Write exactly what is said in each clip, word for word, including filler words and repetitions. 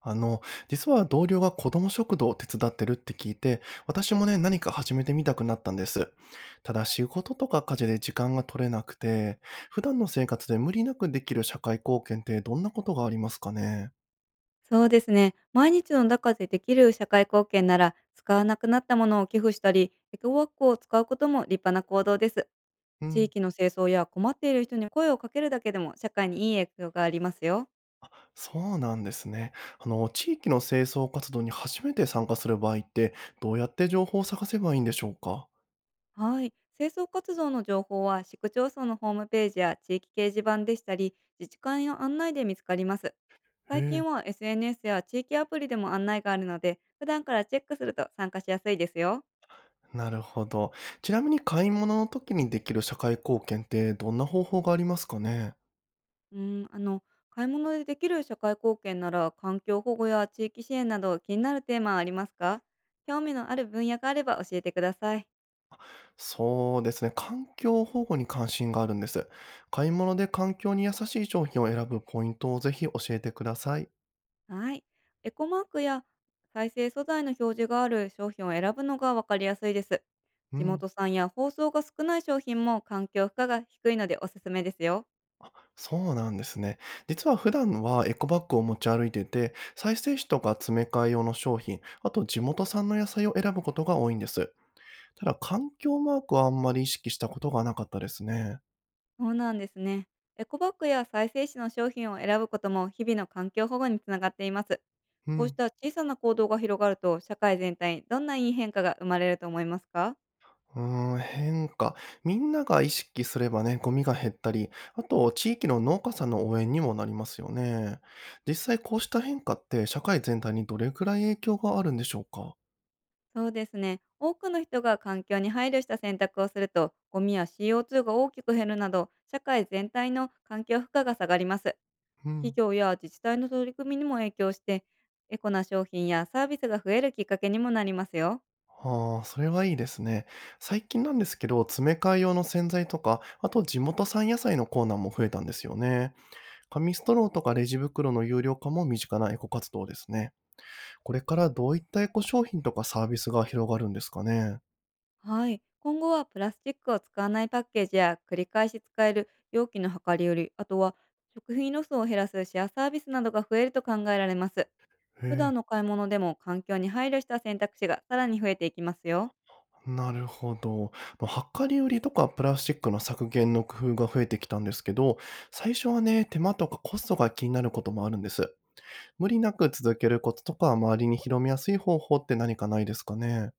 あの、実は同僚が子供食堂を手伝ってるって聞いて、私もね、何か始めてみたくなったんです。ただ仕事とか家事で時間が取れなくて、普段の生活で無理なくできる社会貢献ってどんなことがありますかね？そうですね。毎日の中でできる社会貢献なら、使わなくなったものを寄付したり、エコワークを使うことも立派な行動です。う地ん。域の清掃や困っている人に声をかけるだけでも社会にいい影響がありますよ。そうなんですね。あの、地域の清掃活動に初めて参加する場合って、どうやって情報を探せばいいんでしょうか？はい。清掃活動の情報は市区町村のホームページや地域掲示板でしたり、自治会の案内で見つかります。へ最近え。は エスエヌエス や地域アプリでも案内があるので、普段からチェックすると参加しやすいですよ。なるほど。ちなみに買い物の時にできる社会貢献ってどんな方法がありますかね？うん、あの、買い物でできる社会貢献なら、環境保護や地域支援など気になるテーマはありますか？興味のある分野があれば教えてください。そうですね。環境保護に関心があるんです。買い物で環境に優しい商品を選ぶポイントをぜひ教えてください。はい。エコマークや再生素材の表示がある商品を選ぶのがわかりやすいです。う地ん。元産や包装が少ない商品も環境負荷が低いのでおすすめですよ。そうなんですね。実は普段はエコバッグを持ち歩いてて、再生紙とか詰め替え用の商品、あと地元産の野菜を選ぶことが多いんです。ただ環境マークはあんまり意識したことがなかったですね。そうなんですね。エコバッグや再生紙の商品を選ぶことも日々の環境保護につながっています。うこうしん。た小さな行動が広がると社会全体にどんないい変化が生まれると思いますか？うーん、変化。みんなが意識すればね、ゴミが減ったり、あと地域の農家さんの応援にもなりますよね。実際こうした変化って社会全体にどれくらい影響があるんでしょうか？そうですね。多くの人が環境に配慮した選択をするとゴミや シーオーツー が大きく減るなど社会全体の環境負荷が下がります。う企ん。業や自治体の取り組みにも影響して、エコな商品やサービスが増えるきっかけにもなりますよ。ああ、それはいいですね。最近なんですけど、詰め替え用の洗剤とか、あと地元産野菜のコーナーも増えたんですよね。紙ストローとかレジ袋の有料化も身近なエコ活動ですね。これからどういったエコ商品とかサービスが広がるんですかね。はい。今後はプラスチックを使わないパッケージや繰り返し使える容器の量り売り、あとは食品ロスを減らすシェアサービスなどが増えると考えられます。へ普段え。の買い物でも環境に配慮した選択肢がさらに増えていきますよ。なるほど。まあの量り売りとかプラスチックの削減の工夫が増えてきたんですけど、最初はね、手間とかコストが気になることもあるんです。無理なく続けることとか、周りに広めやすい方法って何かないですかね。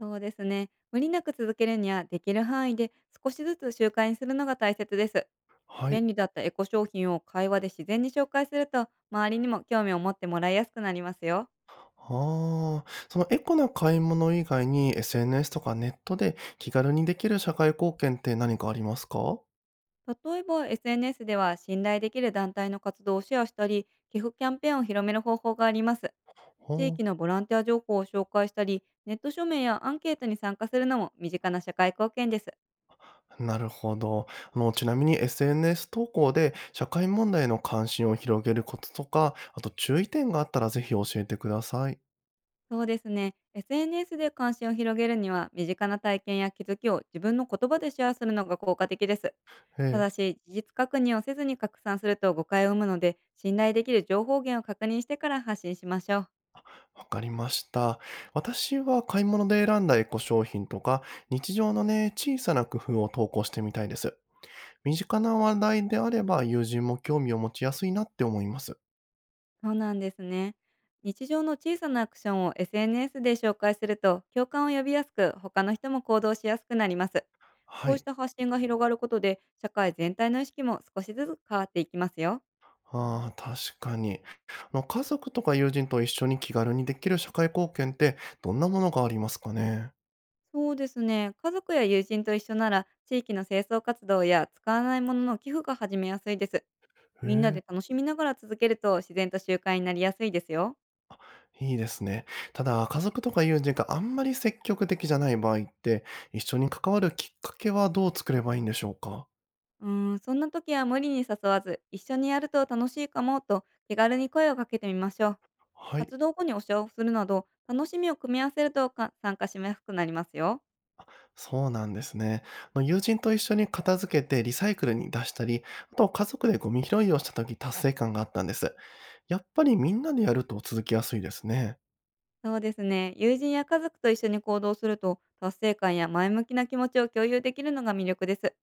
そうですね。無理なく続けるにはできる範囲で少しずつ習慣にするのが大切です。はい。便利だったエコ商品を会話で自然に紹介すると、周りにも興味を持ってもらいやすくなりますよ。ああ、そのエコな買い物以外に エスエヌエス とかネットで気軽にできる社会貢献って何かありますかは？例えば エスエヌエス では信頼できる団体の活動をシェアしたり、寄付キャンペーンを広める方法があります。地域あ。のボランティア情報を紹介したり、ネット署名やアンケートに参加するのも身近な社会貢献です。なるほど。あの、ちなみに エスエヌエス 投稿で社会問題への関心を広げることとか、あと注意点があったらぜひ教えてください。そうですね。エスエヌエス で関心を広げるには、身近な体験や気づきを自分の言葉でシェアするのが効果的です。えたえ、だし、事実確認をせずに拡散すると誤解を生むので、信頼できる情報源を確認してから発信しましょう。わかりました。私は買い物で選んだエコ商品とか、日常のね、小さな工夫を投稿してみたいです。身近な話題であれば友人も興味を持ちやすいなって思います。そうなんですね。日常の小さなアクションを エスエヌエス で紹介すると共感を呼びやすく、他の人も行動しやすくなります。はこうしい。た発信が広がることで社会全体の意識も少しずつ変わっていきますよ。ああ、確かに。あの、家族とか友人と一緒に気軽にできる社会貢献ってどんなものがありますかね。そうですね。家族や友人と一緒なら、地域の清掃活動や使わないものの寄付が始めやすいです。へみんなえ。で楽しみながら続けると自然と習慣になりやすいですよ。いいですね。ただ、家族とか友人があんまり積極的じゃない場合って、一緒に関わるきっかけはどう作ればいいんでしょうか？うーん、そんな時は無理に誘わず、一緒にやると楽しいかもと気軽に声をかけてみましょう。はい。活動後にお茶をするなど、楽しみを組み合わせるとか参加しやすくなりますよ。そうなんですね。あの友人と一緒に片付けてリサイクルに出したり、あと家族でゴミ拾いをした時達成感があったんです。やっぱりみんなでやると続きやすいですね。そうですね。友人や家族と一緒に行動すると、達成感や前向きな気持ちを共有できるのが魅力です。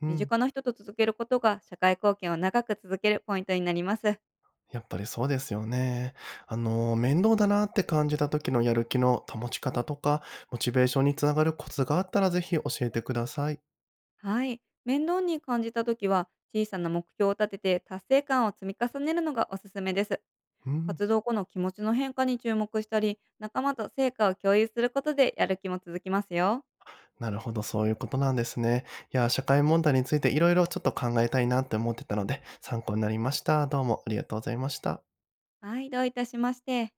う身ん。近な人と続けることが社会貢献を長く続けるポイントになります。やっぱりそうですよね。あの、面倒だなって感じた時のやる気の保ち方とか、モチベーションにつながるコツがあったらぜひ教えてください。はい。面倒に感じた時は、小さな目標を立てて達成感を積み重ねるのがおすすめです。うん。活動後の気持ちの変化に注目したり、仲間と成果を共有することでやる気も続きますよ。なるほど、そういうことなんですね。いや、社会問題についていろいろちょっと考えたいなって思ってたので、参考になりました。どうもありがとうございました。はい、どういたしまして。